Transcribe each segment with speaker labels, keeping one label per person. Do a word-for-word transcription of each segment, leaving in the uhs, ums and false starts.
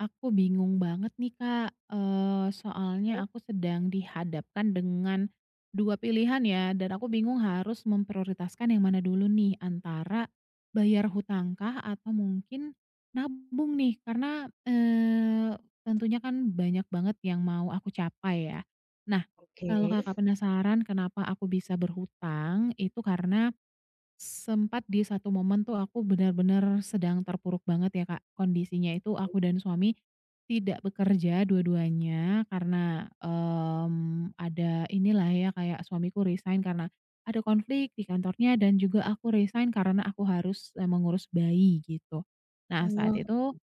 Speaker 1: Aku bingung banget nih Kak, eee, soalnya aku sedang dihadapkan dengan dua pilihan ya, dan aku bingung harus memprioritaskan yang mana dulu nih, antara bayar hutangkah atau mungkin nabung nih. Karena, eee, tentunya kan banyak banget yang mau aku capai ya. Nah, kalau
Speaker 2: Oke.
Speaker 1: Kakak penasaran kenapa aku bisa berhutang, itu karena sempat di satu momen tuh aku benar-benar sedang terpuruk banget ya Kak. Kondisinya itu aku dan suami tidak bekerja dua-duanya karena, mmm, ada inilah ya kayak suamiku resign karena ada konflik di kantornya, dan juga aku resign karena aku harus, eee, mengurus bayi gitu. Nah, saat
Speaker 2: Oh,
Speaker 1: itu,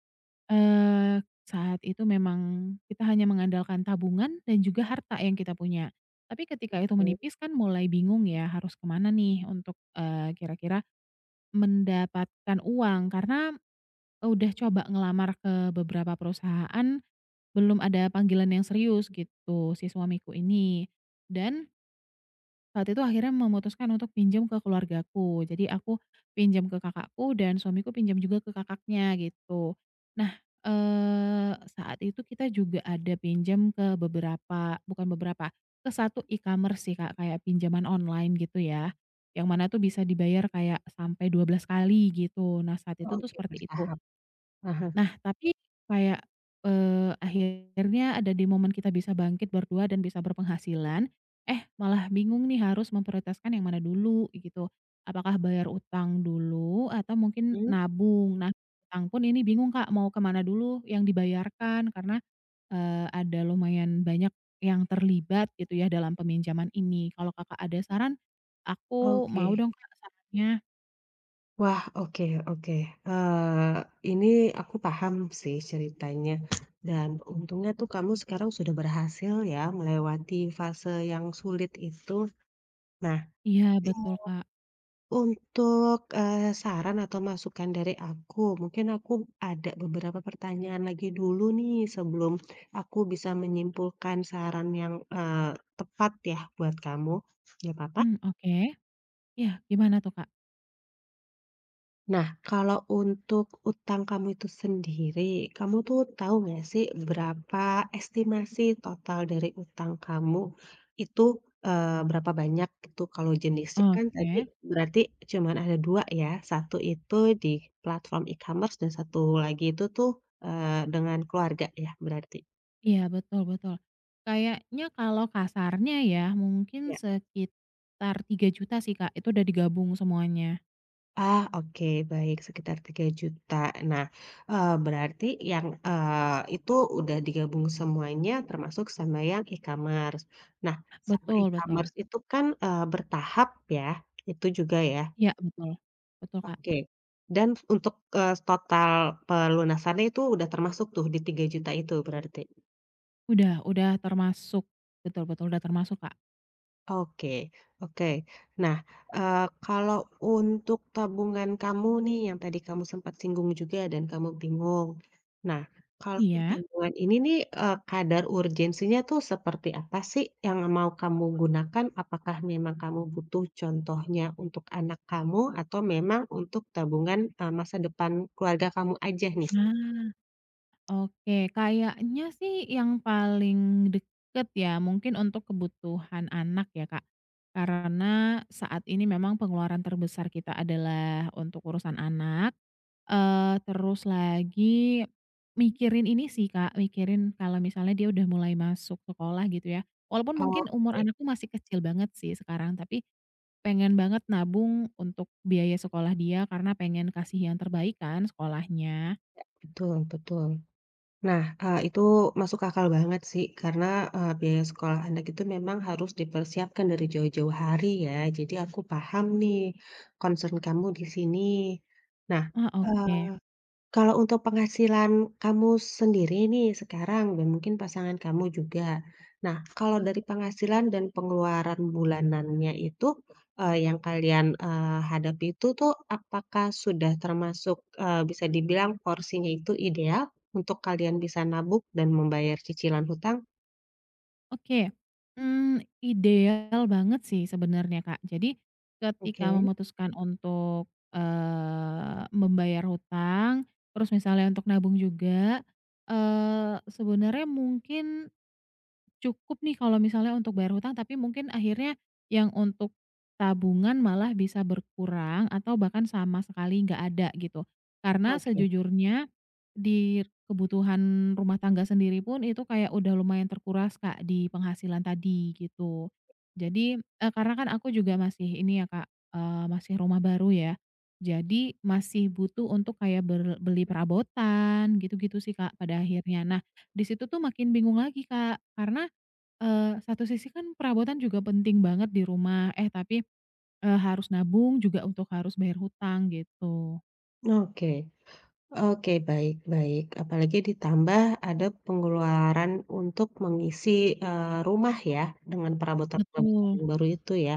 Speaker 1: eee, saat itu memang kita hanya mengandalkan tabungan dan juga harta yang kita punya. Tapi ketika itu
Speaker 2: oke.
Speaker 1: menipis kan mulai bingung ya harus kemana nih untuk, eee, kira-kira mendapatkan uang, karena udah coba ngelamar ke beberapa perusahaan, belum ada panggilan yang serius gitu si suamiku ini. Dan saat itu akhirnya memutuskan untuk pinjam ke keluargaku. Jadi aku pinjam ke kakakku, dan suamiku pinjam juga ke kakaknya gitu. Nah, eee, saat itu kita juga ada pinjam ke beberapa, bukan beberapa, ke satu e-commerce sih Kak, kayak pinjaman online gitu ya. Yang mana tuh bisa dibayar kayak sampai dua belas kali gitu. Nah, saat
Speaker 2: Oh,
Speaker 1: itu tuh
Speaker 2: oke,
Speaker 1: seperti itu.
Speaker 2: bertahap. Ah hah.
Speaker 1: Nah, tapi kayak, eee, akhirnya ada di momen kita bisa bangkit berdua dan bisa berpenghasilan, eh, malah bingung nih harus memprioritaskan yang mana dulu gitu. Apakah bayar utang dulu atau mungkin
Speaker 2: Mhm.
Speaker 1: nabung? Nah, utang pun ini bingung Kak mau kemana dulu yang dibayarkan, karena, eee, ada lumayan banyak yang terlibat gitu ya dalam peminjaman ini. Kalau Kakak ada saran, aku mau
Speaker 2: Oke.
Speaker 1: dong Kak sarannya.
Speaker 2: Wah, oke oke. Eee, ini aku paham sih ceritanya, dan untungnya tuh kamu sekarang sudah berhasil ya melewati fase yang sulit itu. Nah,
Speaker 1: Iya, betul Kak.
Speaker 2: untuk, eee, saran atau masukan dari aku, mungkin aku ada beberapa pertanyaan lagi dulu nih sebelum aku bisa menyimpulkan saran yang, eee, tepat ya buat kamu. Nggak papa?
Speaker 1: Mmm, oke. Iya, gimana tuh Kak?
Speaker 2: Nah, kalau untuk utang kamu itu sendiri, kamu tuh tahu nggak sih berapa estimasi total dari utang kamu itu, eh, berapa banyak itu? Kalau jenisnya kan tadi
Speaker 1: Oke.
Speaker 2: berarti cuman ada dua ya, satu itu di platform e-commerce dan satu lagi itu tuh, eh, dengan keluarga ya berarti.
Speaker 1: Iya, betul, betul. Kayaknya kalau kasarnya ya mungkin sekitar tiga juta sih, Kak, itu udah digabung semuanya.
Speaker 2: Ah, oke, baik, sekitar tiga juta. Nah, eee, berarti yang, eee, itu udah digabung semuanya, termasuk sama yang e-commerce. Nah, sama
Speaker 1: Betul, betul.
Speaker 2: e-commerce itu kan, eee, bertahap ya, itu juga ya?
Speaker 1: Iya, betul. Betul, Kak.
Speaker 2: Oke. Dan untuk, eee, total pelunasannya itu udah termasuk tuh di tiga juta itu berarti?
Speaker 1: Udah udah termasuk, betul, betul, udah termasuk, Kak.
Speaker 2: Oke oke. Nah, eee, kalau untuk tabungan kamu nih yang tadi kamu sempat singgung juga dan kamu bingung. Nah, kalau
Speaker 1: Iya?
Speaker 2: tabungan ini nih, eee, kadar urgensinya tuh seperti apa sih yang mau kamu gunakan? Apakah memang kamu butuh contohnya untuk anak kamu, atau memang untuk tabungan, eee, masa depan keluarga kamu aja nih?
Speaker 1: Ah, oke. Kayaknya sih yang paling deket ya mungkin untuk kebutuhan anak ya, Kak. Karena saat ini memang pengeluaran terbesar kita adalah untuk urusan anak. Eee, terus lagi mikirin ini sih, Kak, mikirin kalau misalnya dia udah mulai masuk sekolah gitu ya, walaupun
Speaker 2: Oh,
Speaker 1: mungkin umur
Speaker 2: oke.
Speaker 1: anakku masih kecil banget sih sekarang, tapi pengen banget nabung untuk biaya sekolah dia karena pengen kasih yang terbaik kan sekolahnya.
Speaker 2: Betul betul. Nah, eee, itu masuk akal banget sih, karena, eee, biaya sekolah anak itu memang harus dipersiapkan dari jauh-jauh hari ya, jadi aku paham nih concern kamu di sini. Nah,
Speaker 1: Ah,
Speaker 2: eee,
Speaker 1: oke.
Speaker 2: kalau untuk penghasilan kamu sendiri nih sekarang, dan mungkin pasangan kamu juga. Nah, kalau dari penghasilan dan pengeluaran bulanannya itu, eee, yang kalian, eee, hadapi itu tuh apakah sudah termasuk, eee, bisa dibilang porsinya itu ideal untuk kalian bisa nabung dan membayar cicilan hutang?
Speaker 1: Oke, mmm, ideal banget sih sebenarnya, Kak. Jadi ketika
Speaker 2: Oke
Speaker 1: memutuskan untuk, eee, membayar hutang, terus misalnya untuk nabung juga, eee, sebenarnya mungkin cukup nih kalau misalnya untuk bayar hutang, tapi mungkin akhirnya yang untuk tabungan malah bisa berkurang atau bahkan sama sekali nggak ada gitu. Karena
Speaker 2: oke
Speaker 1: sejujurnya di kebutuhan rumah tangga sendiri pun itu kayak udah lumayan terkuras, Kak, di penghasilan tadi gitu. Jadi, eee, karena kan aku juga masih ini ya, Kak, eee, masih rumah baru ya. Jadi masih butuh untuk kayak ber beli perabotan gitu-gitu sih, Kak, pada akhirnya. Nah, di situ tuh makin bingung lagi, Kak, karena Eee, satu sisi kan perabotan juga penting banget di rumah, eh tapi, eee, harus nabung juga untuk harus bayar hutang gitu.
Speaker 2: oke. Oke, baik baik. Apalagi ditambah ada pengeluaran untuk mengisi, eee, rumah ya, dengan perabotan-perabotan
Speaker 1: Betul,
Speaker 2: yang baru itu ya.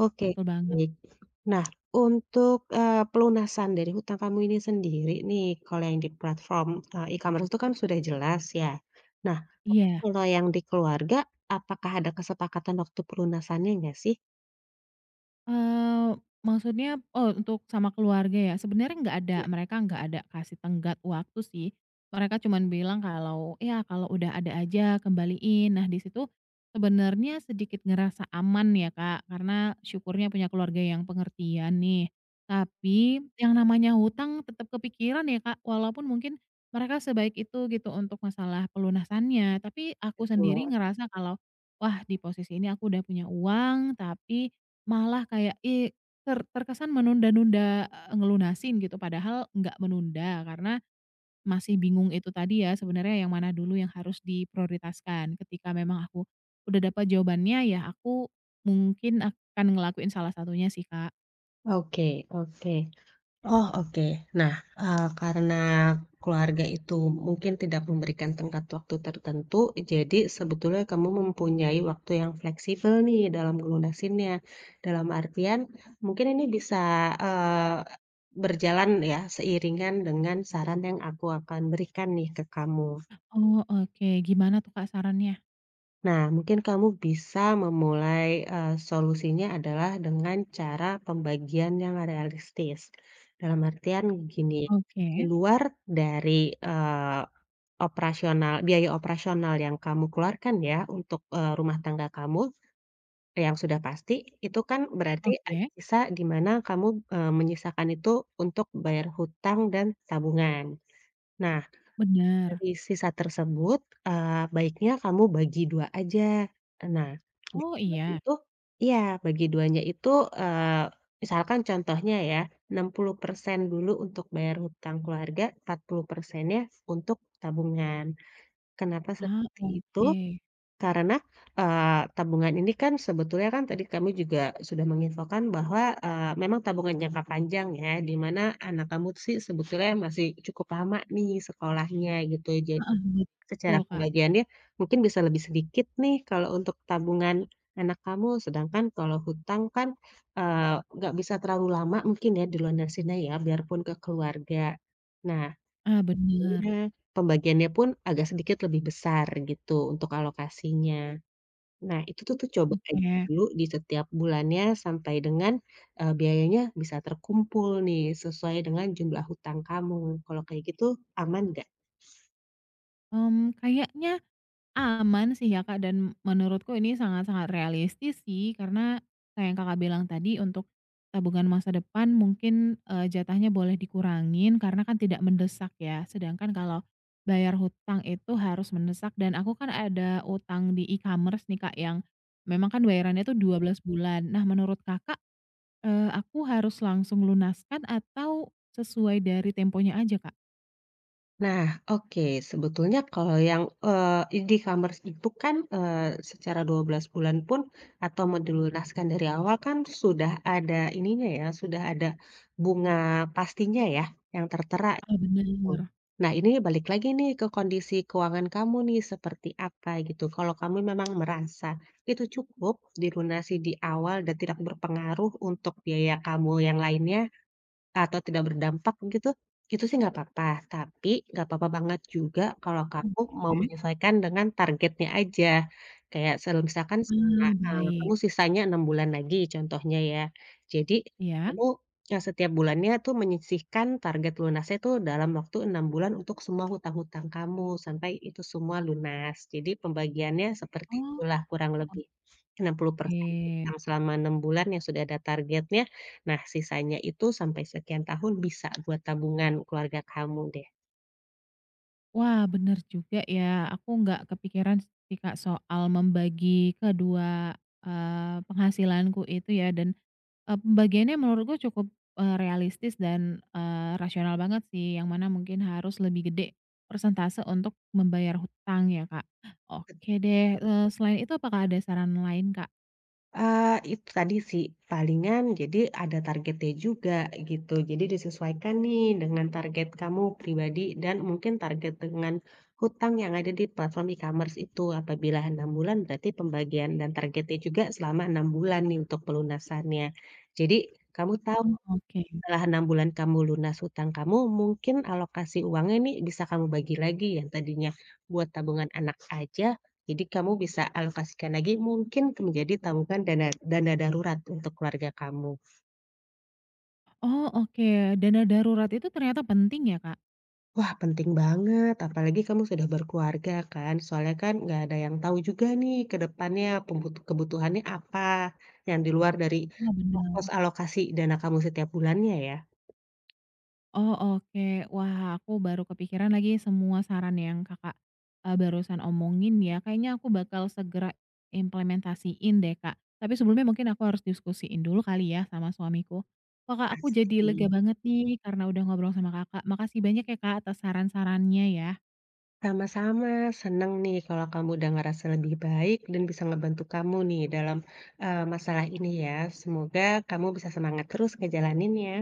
Speaker 2: Oke,
Speaker 1: betul banget.
Speaker 2: baik. Nah, untuk, eee, pelunasan dari hutang kamu ini sendiri nih, kalau yang di platform, eee, e-commerce itu kan sudah jelas ya. Nah, tapi
Speaker 1: Iya.
Speaker 2: kalau yang di keluarga, apakah ada kesepakatan waktu pelunasannya nggak sih?
Speaker 1: Eee, maksudnya oh untuk sama keluarga ya, sebenarnya nggak ada,
Speaker 2: Nggak,
Speaker 1: mereka nggak ada kasih tenggat waktu sih. Mereka cuman bilang kalau, "Ya kalau udah ada aja kembaliin." Nah di situ sebenarnya sedikit ngerasa aman ya Kak, karena syukurnya punya keluarga yang pengertian nih. Tapi yang namanya hutang tetap kepikiran ya Kak, walaupun mungkin mereka sebaik itu gitu untuk masalah pelunasannya, tapi aku sendiri
Speaker 2: betul.
Speaker 1: ngerasa kalau, "Wah, di posisi ini aku udah punya uang, tapi malah kayak, i ter terkesan menunda-nunda, eee, ngelunasin gitu, padahal nggak menunda, karena masih bingung itu tadi ya, sebenarnya yang mana dulu yang harus diprioritaskan. Ketika memang aku udah dapat jawabannya, ya aku mungkin akan ngelakuin salah satunya sih, Kak.
Speaker 2: Oke oke. Oh, oke. Nah, eee, karena keluarga itu mungkin tidak memberikan tenggat waktu tertentu, jadi sebetulnya kamu mempunyai waktu yang fleksibel nih dalam ngelunasinnya. Dalam artian, mungkin ini bisa, eee, berjalan ya seiringan dengan saran yang aku akan berikan nih ke kamu.
Speaker 1: Oh, oke. Gimana tuh, Kak, sarannya?
Speaker 2: Nah, mungkin kamu bisa memulai, eee, solusinya adalah dengan cara pembagian yang realistis. Dalam artian gini,
Speaker 1: Oke,
Speaker 2: di luar dari, eee, operasional, biaya operasional yang kamu keluarkan ya untuk, eee, rumah tangga kamu yang sudah pasti, itu kan berarti ada
Speaker 1: oke,
Speaker 2: sisa di mana kamu, eee, menyisakan itu untuk bayar hutang dan tabungan. Nah,
Speaker 1: benar.
Speaker 2: dari sisa tersebut, eee, baiknya kamu bagi dua aja. Nah,
Speaker 1: Oh,
Speaker 2: bagi dua
Speaker 1: iya.
Speaker 2: itu, iya, bagi duanya itu, eee, misalkan contohnya ya, enam puluh persen dulu untuk bayar hutang keluarga, empat puluh persennya untuk tabungan. Kenapa
Speaker 1: Ah,
Speaker 2: seperti itu?
Speaker 1: oke.
Speaker 2: Karena, eee, tabungan ini kan sebetulnya kan tadi kamu juga sudah menginfokan bahwa, eee, memang tabungan jangka panjang ya, di mana anak kamu sih sebetulnya masih cukup lama nih sekolahnya gitu. Ja
Speaker 1: Ah, ah, betul,
Speaker 2: Secara
Speaker 1: Kak.
Speaker 2: pembagiannya mungkin bisa lebih sedikit nih kalau untuk tabungan anak kamu, sedangkan kalau hutang kan, eee, nggak bisa terlalu lama mungkin ya dilunasinya ya, biarpun ke keluarga. Nah,
Speaker 1: Ah, benar.
Speaker 2: akhirnya pembagiannya pun agak sedikit lebih besar gitu untuk alokasinya. Nah, itu tuh tuh coba aja
Speaker 1: Oke.
Speaker 2: dulu di setiap bulannya sampai dengan, eee, biayanya bisa terkumpul nih sesuai dengan jumlah hutang kamu. Kalau kayak gitu aman nggak?
Speaker 1: Mmm, kayaknya aman sih ya, Kak, dan menurutku ini sangat-sangat realistis sih, karena kayak yang Kakak bilang tadi untuk tabungan masa depan mungkin, eee, jatahnya boleh dikurangin karena kan tidak mendesak ya. Sedangkan kalau bayar hutang itu harus mendesak, dan aku kan ada utang di e-commerce nih, Kak, yang memang kan bayarannya tuh dua belas bulan. Nah, menurut Kakak, eee, aku harus langsung lunaskan atau sesuai dari temponya aja, Kak?
Speaker 2: Nah, oke, sebetulnya kalau yang, eee, e-commerce itu kan, eee, secara dua belas bulan pun atau melunaskan dari awal, kan sudah ada ininya ya, sudah ada bunga pastinya ya, yang tertera
Speaker 1: Oh,
Speaker 2: gitu.
Speaker 1: bener.
Speaker 2: Nah, ini balik lagi nih ke kondisi keuangan kamu nih seperti apa gitu. Kalau kamu memang merasa itu cukup dilunasi di awal dan tidak berpengaruh untuk biaya kamu yang lainnya, atau tidak berdampak gitu, itu sih nggak apa-apa. Tapi nggak apa-apa banget juga kalau
Speaker 1: Oh,
Speaker 2: kamu mau menyesuaikan dengan targetnya aja. Kayak se misalkan
Speaker 1: ah,
Speaker 2: setelah, eee,
Speaker 1: baik.
Speaker 2: kamu sisanya enam bulan lagi contohnya ya. Jadi
Speaker 1: Ya.
Speaker 2: kamu, eee, setiap bulannya tuh menyisihkan target lunasnya tuh dalam waktu enam bulan untuk semua hutang-hutang kamu sampai itu semua lunas. Jadi pembagiannya seperti itulah kurang
Speaker 1: Oh.
Speaker 2: lebih. enam puluh persen
Speaker 1: Oke.
Speaker 2: hutang selama enam bulan yang sudah ada targetnya. Nah, sisanya itu sampai sekian tahun bisa buat tabungan keluarga kamu deh.
Speaker 1: Wah, bener juga ya, aku nggak kepikiran sih, Kak, soal membagi kedua, eee, penghasilanku itu ya, dan, eee, pembagiannya menurutku cukup, eee, realistis dan, eee, rasional banget sih, yang mana mungkin harus lebih gede persentase untuk membayar hutang ya, Kak. Oke deh, eee, selain itu apakah ada saran lain, Kak?
Speaker 2: Eee, itu tadi sih, palingan jadi ada targetnya juga gitu. Jadi disesuaikan nih dengan target kamu pribadi dan mungkin target dengan hutang yang ada di platform e-commerce itu. Apabila enam bulan, berarti pembagian dan targetnya juga selama enam bulan nih untuk pelunasannya. Jadi kamu tahu,
Speaker 1: Oh, oke.
Speaker 2: setelah enam bulan kamu lunas hutang kamu, mungkin alokasi uangnya nih bisa kamu bagi lagi. Yang tadinya buat tabungan anak aja, jadi kamu bisa alokasikan lagi mungkin ke, menjadi tabungan dana dana darurat untuk keluarga kamu.
Speaker 1: Oh, oke, dana darurat itu ternyata penting ya, Kak?
Speaker 2: Wah, penting banget, apalagi kamu sudah berkeluarga kan, soalnya kan nggak ada yang tahu juga nih ke depannya pembutu kebutuhannya apa, yang di luar dari
Speaker 1: Wah,
Speaker 2: pos-pos
Speaker 1: bener.
Speaker 2: alokasi dana kamu setiap bulannya ya,
Speaker 1: Oh, oke. Wah, aku baru kepikiran lagi semua saran yang Kakak, eee, barusan omongin ya. Kayaknya aku bakal segera implementasiin deh, Kak. Tapi sebelumnya mungkin aku harus diskusiin dulu kali ya sama suamiku. Wah, Kak, aku jadi lega
Speaker 2: pasti.
Speaker 1: banget nih karena udah ngobrol sama Kakak. Makasih banyak ya, Kak, atas saran-sarannya ya.
Speaker 2: Sama-sama, senang nih kalau kamu udah ngerasa lebih baik dan bisa ngebantu kamu nih dalam, eee, masalah ini ya. Semoga kamu bisa semangat terus ngejalaninnya.